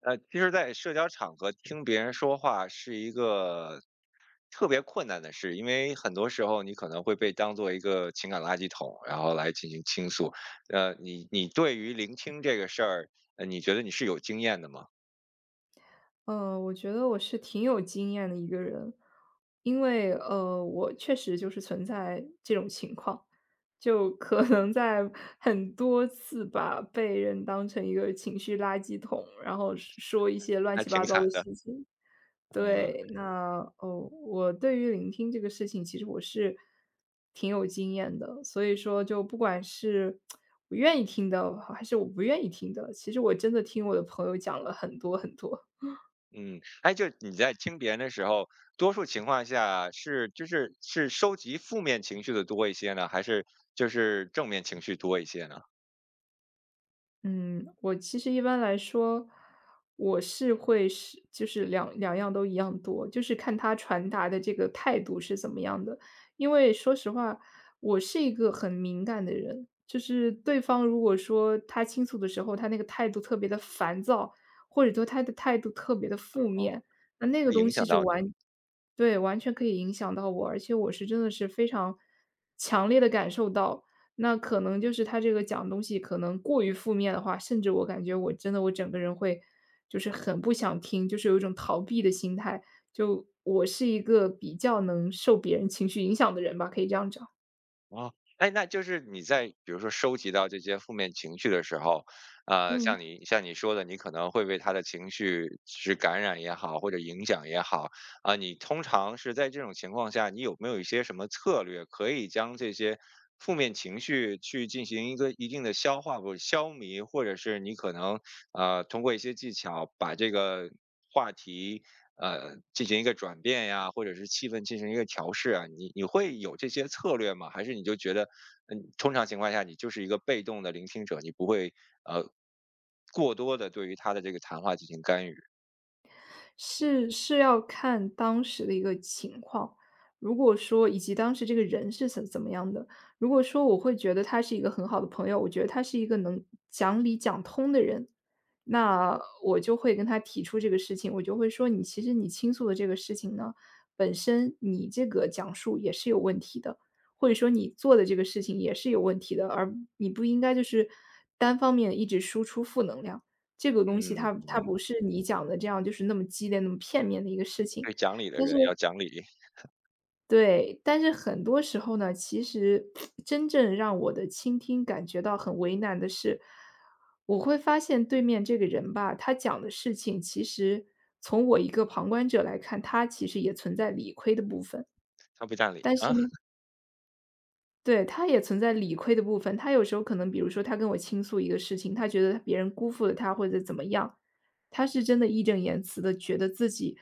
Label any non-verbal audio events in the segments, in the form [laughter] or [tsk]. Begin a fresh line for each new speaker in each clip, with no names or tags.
其实在社交场合听别人说话是一个特别困难的事，因为很多时候你可能会被当做一个情感垃圾桶，然后来进行倾诉。你对于聆听这个事儿，你觉得你是有经验的吗？
我觉得我是挺有经验的一个人，因为我确实就是存在这种情况，就可能在很多次吧，被人当成一个情绪垃圾桶，然后说一些乱
还
七
挺
八糟
惨
的
的。
事情。
嗯
对，那我对于聆听这个事情，其实我是挺有经验的，所以说就不管是我愿意听的，还是我不愿意听的，其实我真的听我的朋友讲了很多很多。
嗯，哎，就你在听别人的时候，多数情况下是收集负面情绪的多一些呢，还是正面情绪多一些呢？
嗯，我其实一般来说，我是会是就是两样都一样多，就是看他传达的这个态度是怎么样的。因为说实话，我是一个很敏感的人，就是对方如果说他倾诉的时候，他那个态度特别的烦躁，或者说他的态度特别的负
哦，
面，那那个
会
东
影响
西是
到你。
完对，完全可以影响到我，而且我是真的是非常强烈的感受到，那可能就是他这个讲的东西可能过于负面的话，甚至我感觉我真的我整个人会就是很不想听，就是有一种逃避的心态。就我是一个比较能受别人情绪影响的人吧，可以这样讲。
哦，哎，那就是你在比如说收集到这些负面情绪的时候，
嗯。
像你说的，你可能会被他的情绪是感染也好，或者影响也好，啊、你通常是在这种情况下，你有没有一些什么策略可以将这些负面情绪去进行一个一定的消化或者消弭，或者是你可能通过一些技巧把这个话题进行一个转变呀，或者是气氛进行一个调试啊，你会有这些策略吗？还是你就觉得，嗯，通常情况下你就是一个被动的聆听者，你不会呃过多的对于他的这个谈话进行干预？
是是要看当时的一个情况，如果说以及当时这个人是怎么样的。如果说我会觉得他是一个很好的朋友，我觉得他是一个能讲理讲通的人，那我就会跟他提出这个事情，我就会说："你其实你倾诉的这个事情呢，本身你这个讲述也是有问题的，或者说你做的这个事情也是有问题的，而你不应该就是单方面一直输出负能量。"这个东西
嗯，
它
嗯
不是你讲的这样，就是那么激烈、那么片面的一个事情。
对讲理的
但是
人要讲理，
对，但是很多时候呢，其实真正让我的倾听感觉到很为难的是，我会发现对面这个人吧，他讲的事情其实从我一个旁观者来看，他其实也存在理亏的部分。
他不讲理
但是
啊，
呢对，他也存在理亏的部分。他有时候可能比如说他跟我倾诉一个事情，他觉得别人辜负了他或者怎么样，他是真的义正言辞的觉得自己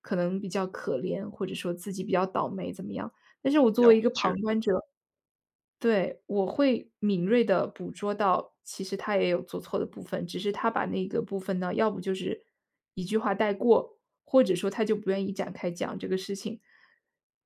可能比较可怜，或者说自己比较倒霉怎么样。但是我
比
作
较委
为一个旁
屈。
观者对，我会敏锐地捕捉到，其实他也有做错的部分，只是他把那个部分呢，要不就是一句话带过，或者说他就不愿意展开讲这个事情。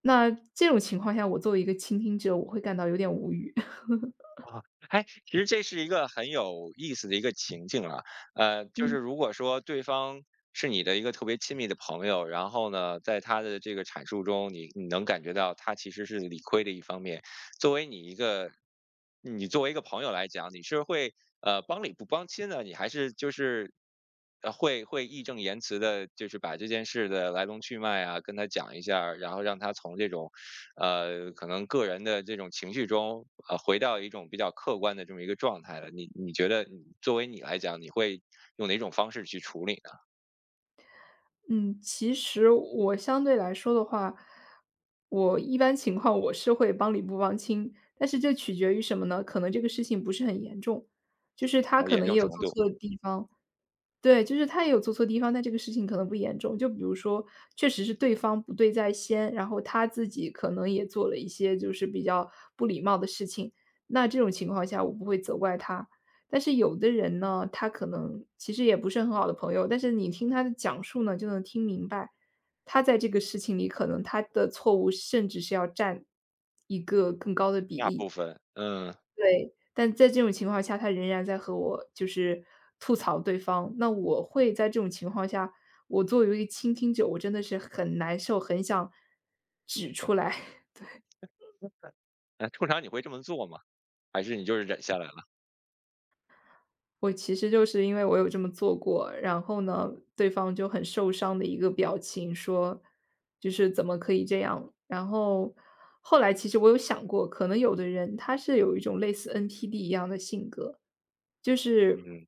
那这种情况下，我作为一个倾听者，我会感到有点无语。[laughs]
啊，哎，其实这是一个很有意思的一个情境啊，就是
嗯。
如果说对方是你的一个特别亲密的朋友，然后呢，在他的这个阐述中，你能感觉到他其实是理亏的一方面。作为你一个，你作为一个朋友来讲，你是会帮理不帮亲呢？你还是就是呃会会义正言辞的，就是把这件事的来龙去脉啊跟他讲一下儿然后让他从这种可能个人的这种情绪中，回到一种比较客观的这么一个状态了。你觉得你作为你来讲，你会用哪种方式去处理呢？
嗯，其实我相对来说的话，我一般情况我是会帮理不帮亲，但是这取决于什么呢？可能这个事情不是很严重，就是他
然后
可
严
能也
重
有
程
做
度，
错的地方。对，就是他也有做错地方，但这个事情可能不严重。就比如说，确实是对方不对在先，然后他自己可能也做了一些就是比较不礼貌的事情。那这种情况下，我不会责怪他。但是有的人呢，他可能其实也不是很好的朋友，但是你听他的讲述呢，就能听明白，他在这个事情里，可能他的错误甚至是要占一个更高的比
大
例。
部分，嗯。
对，但在这种情况下，他仍然在和我就是吐槽对方，那我会在这种情况下，我作为一个倾听者，我真的是很难受，很想指出来。
那通常你会这么做吗？还是你就是忍下来了？
我其实就是因为我有这么做过，然后呢，对方就很受伤的一个表情，说就是怎么可以这样？然后后来其实我有想过，可能有的人他是有一种类似 NPD 一样的性格，就是
嗯。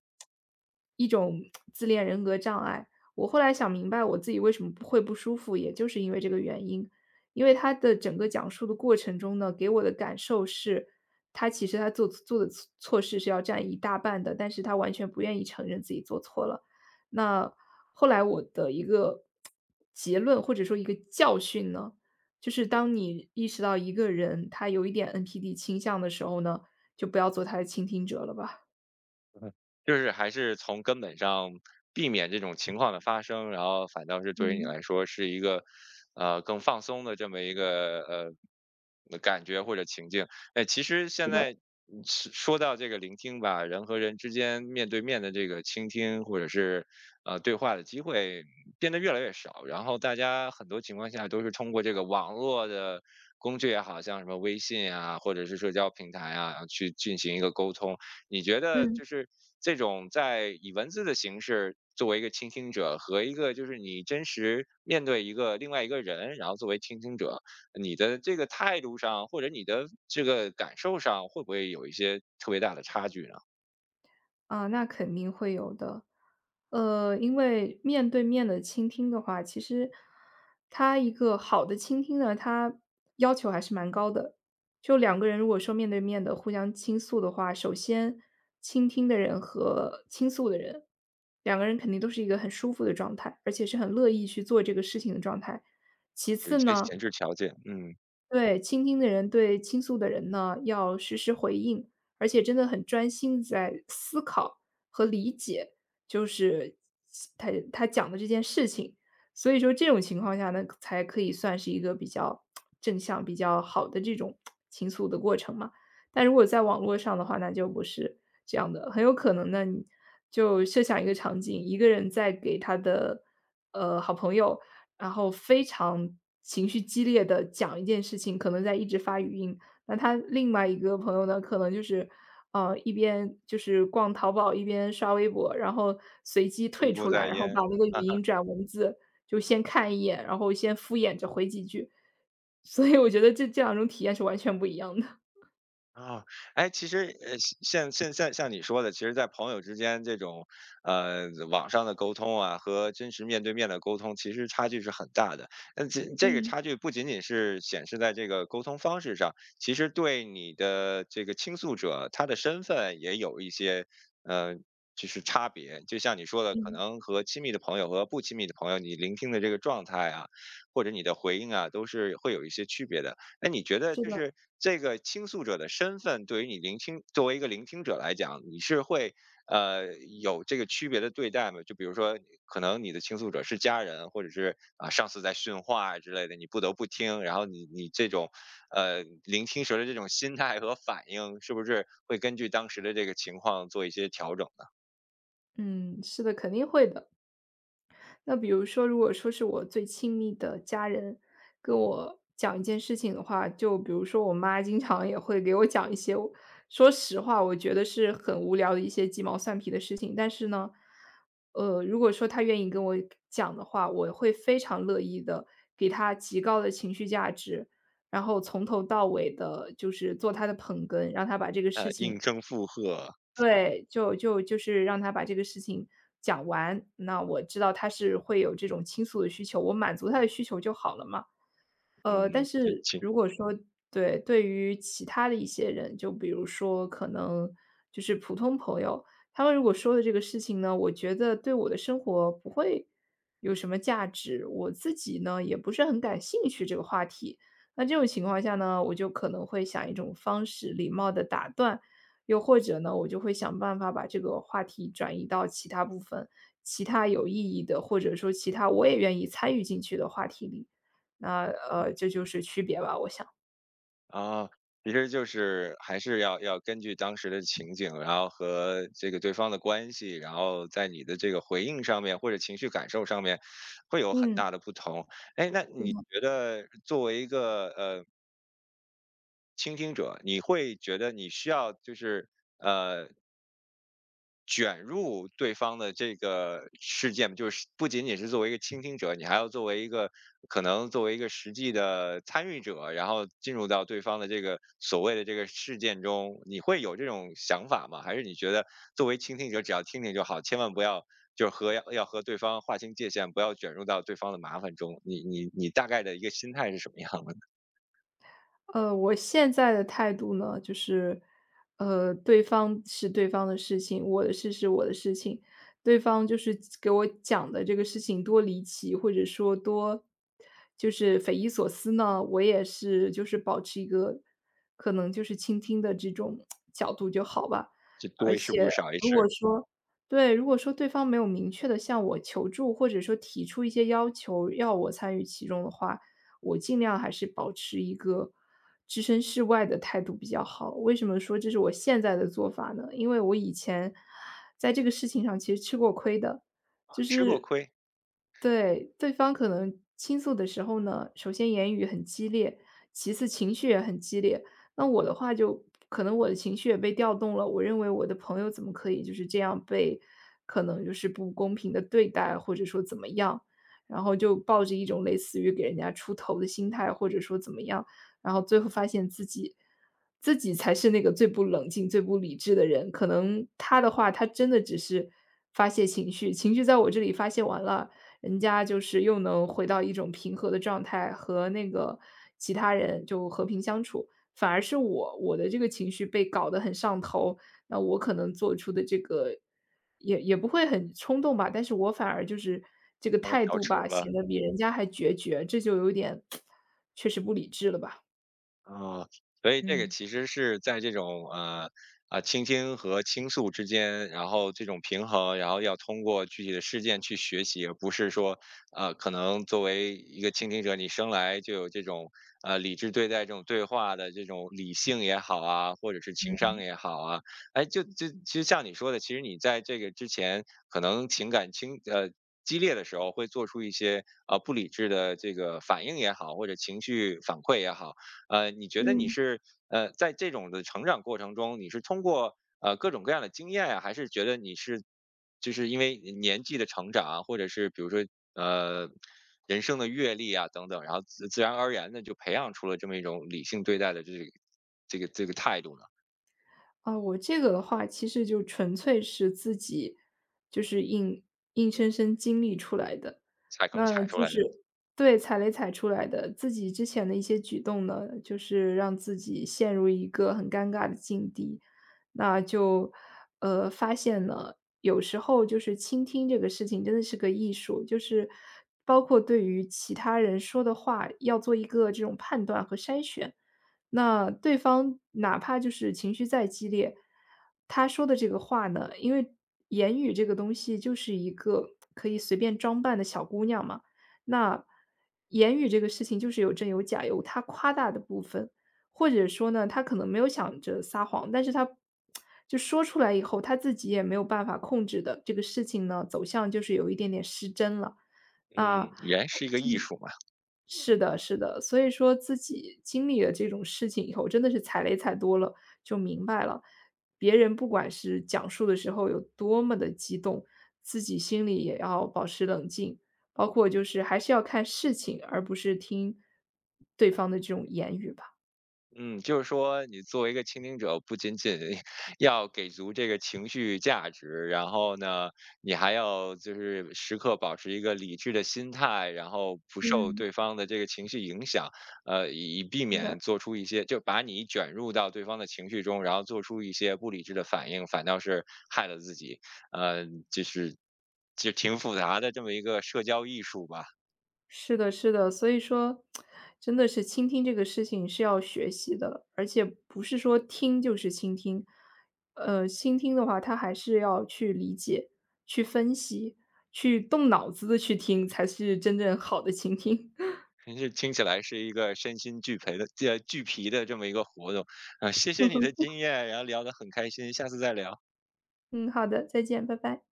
一种自恋人格障碍。我后来想明白，我自己为什么不会不舒服，也就是因为这个原因。因为他的整个讲述的过程中呢，给我的感受是，他其实他做的错事是要占一大半的，但是他完全不愿意承认自己做错了。那后来我的一个结论或者说一个教训呢，就是当你意识到一个人他有一点 NPD 倾向的时候呢，就不要做他的倾听者了吧。
就是还是从根本上避免这种情况的发生，然后反倒是对于你
嗯，
来说是一个，更放松的这么一个感觉或者情境。哎，其实现
是的，
在是说到这个聆听吧，人和人之间面对面的这个倾听或者是对话的机会变得越来越少，然后大家很多情况下都是通过这个网络的工具也好，像什么微信啊，或者是社交平台啊，去进行一个沟通。你觉得
嗯。
就是这种在以文字的形式作为一个倾听者，和一个就是你真实面对一个另外一个人，然后作为倾听者，你的这个态度上或者你的这个感受上，会不会有一些特别大的差距呢？
啊，那肯定会有的。因为面对面的倾听的话，其实他一个好的倾听呢，他要求还是蛮高的。就两个人如果说面对面的互相倾诉的话，首先倾听的人和倾诉的人，两个人肯定都是一个很舒服的状态，而且是很乐意去做这个事情的状态。其
有一
次
些
呢，
前置条件，嗯。
对，倾听的人对倾诉的人呢，要实时回应，而且真的很专心地在思考和理解，就是他讲的这件事情。所以说这种情况下呢，才可以算是一个比较正向、比较好的这种倾诉的过程嘛。但如果在网络上的话，那就不是这样的，很有可能呢，你就设想一个场景，一个人在给他的，好朋友然后非常情绪激烈的讲一件事情，可能在一直发语音。那他另外一个朋友呢，可能就是，一边就是逛淘宝，一边刷微博，然后随机
心
退
不
出来，
在
然后
焉。
把那个语
啊。
音转文字，就先看一眼，然后先敷衍着回几句。所以我觉得这两种体验是完全不一样的。
啊，哎，其实，像现像像你说的，其实，在朋友之间这种，网上的沟通啊，和真实面对面的沟通，其实差距是很大的。那这个
嗯。
差距不仅仅是显示在这个沟通方式上，其实对你的这个倾诉者，他的身份也有一些，呃，就是差别。就像你说的，可
嗯，
能和亲密的朋友和不亲密的朋友，你聆听的这个状态啊，或者你的回应啊，都是会有一些区别的。哎，你觉得
是
就
的。
是这个倾诉者的身份，对于你聆听作为一个聆听者来讲，你是会呃有这个区别的对待吗？就比如说，可能你的倾诉者是家人，或者是啊、上司在训话之类的，你不得不听，然后你这种聆听时的这种心态和反应，是不是会根据当时的这个情况做一些调整呢？
嗯，是的，肯定会的。那比如说，如果说是我最亲密的家人跟我讲一件事情的话，就比如说我妈经常也会给我讲一些我说实话，我觉得是很无聊的一些鸡毛蒜皮的事情，但是呢，如果说她愿意跟我讲的话，我会非常乐意的给她极高的情绪价值，然后从头到尾的，就是做她的捧哏，让她把这个事
呃，
情
应声附和，
对，就是让他把这个事情讲完，那我知道他是会有这种倾诉的需求，我满足他的需求就好了嘛。但
嗯，就
是
请。
如果说对，对于其他的一些人，就比如说可能就是普通朋友，他们如果说的这个事情呢，我觉得对我的生活不会有什么价值，我自己呢也不是很感兴趣这个话题。那这种情况下呢，我就可能会想一种方式，礼貌的打断，又或者呢，我就会想办法把这个话题转移到其他部分、其他有意义的，或者说其他我也愿意参与进去的话题里。那，这就是区别吧，我想。
啊，其实就是还是要根据当时的情景，然后和这个对方的关系，然后在你的这个回应上面或者情绪感受上面，会有很
嗯，
大的不同。哎，那
是
你
的。
觉得作为一个倾听者，你会觉得你需要就是呃卷入对方的这个事件，就是不仅仅是作为一个倾听者，你还要作为一个实际的参与者，然后进入到对方的这个所谓的这个事件中，你会有这种想法吗？还是你觉得作为倾听者只要听听就好，千万不要就是和和对方划清界限，不要卷入到对方的麻烦中？你大概的一个心态是什么样的呢？
我现在的态度呢，就是，对方是对方的事情，我的事是我的事情。对方就是给我讲的这个事情多离奇，或者说多就是匪夷所思呢，我也是就是保持一个可能就是倾听的这种角度就好吧。
就
而
多一事不
且
如少一
如果
事，
说对，如果说对方没有明确的向我求助，或者说提出一些要求，要我参与其中的话，我尽量还是保持一个置身事外的态度比较好。为什么说这是我现在的做法呢？因为我以前在这个事情上其实吃过亏的，就
吃过
是
亏，
对，对方可能倾诉的时候呢，首先言语很激烈，其次情绪也很激烈。那我的话就可能我的情绪也被调动了，我认为我的朋友怎么可以就是这样被可能就是不公平的对待，或者说怎么样。然后就抱着一种类似于给人家出头的心态，或者说怎么样，然后最后发现自己才是那个最不冷静、最不理智的人。可能他的话，他真的只是发泄情绪，情绪在我这里发泄完了，人家就是又能回到一种平和的状态，和那个其他人就和平相处。反而是我，我的这个情绪被搞得很上头，那我可能做出的这个也不会很冲动吧，但是我反而就是这个
他们
态
小
度
丑
吧，
了。
显得比人家还决绝，这就有点 [tsk] 确实不理智了吧。
哦，所以这个
嗯。
其实是在这种啊倾听和倾诉之间，然后这种平衡，然后要通过具体的事件去学习，而不是说可能作为一个倾听者，你生来就有这种理智对待这种对话的这种理性也好啊，或者是
嗯。
情商
嗯。
也好啊，哎，就其实像你说的，其实你在这个之前可能情感倾呃。激烈的时候会做出一些不理智的这个反应也好，或者情绪反馈也好，你觉得你
嗯
是在这种的成长过程中，你是通过各种各样的经验啊，还是觉得你是就是因为年纪的成长啊，或者是比如说呃人生的阅历啊等等，然后自自然而然的就培养出了这么一种理性对待的这个这个态度呢？
我这个的话，其实就纯粹是自己就是硬生生经历出来的。
踩坑
那
踩出
就
来的。
是对，踩雷踩出来的。自己之前的一些举动呢，就是让自己陷入一个很尴尬的境地。那就，发现了有时候就是倾听这个事情真的是个艺术，就是包括对于其他人说的话，要做一个这种判断和筛选。那对方哪怕就是情绪再激烈，他说的这个话呢，因为言语这个东西就是一个可以随便装扮的小姑娘嘛，那言语这个事情就是有真有假，有他夸大的部分，或者说呢，他可能没有想着撒谎，但是他就说出来以后，他自己也没有办法控制的，这个事情呢走向就是有一点点失真了。啊。
嗯，人是一个艺
嗯。
术嘛。
是的是的，所以说自己经历了这种事情以后，真的是踩雷踩多了，就明白了，别人不管是讲述的时候有多么的激动，自己心里也要保持冷静，包括就是还是要看事情，而不是听对方的这种言语吧。
嗯，就是说你作为一个倾听者，不仅仅 [laughs] 要给足这个情绪价值，然后呢，你还要就是时刻保持一个理智的心态，然后不受
嗯，
对方的这个情绪影响，以避
是
免
的。
做出一些就把你卷入到对方的情绪中，然后做出一些不理智的反应，反倒是害了自己。呃，就是就挺复杂的这么一个社交艺术吧。
是的，是的，所以说，真的是倾听这个事情是要学习的，而且不是说听就是倾听，倾听的话，他还是要去理解、去分析、去动脑子的去听，才是真正好的倾听。
真是听起来是一个身心俱疲的，俱疲的这么一个活动。啊，谢谢你的
[laughs]
经验，然后聊得很开心，下次再聊。
嗯，好的，再见，拜拜。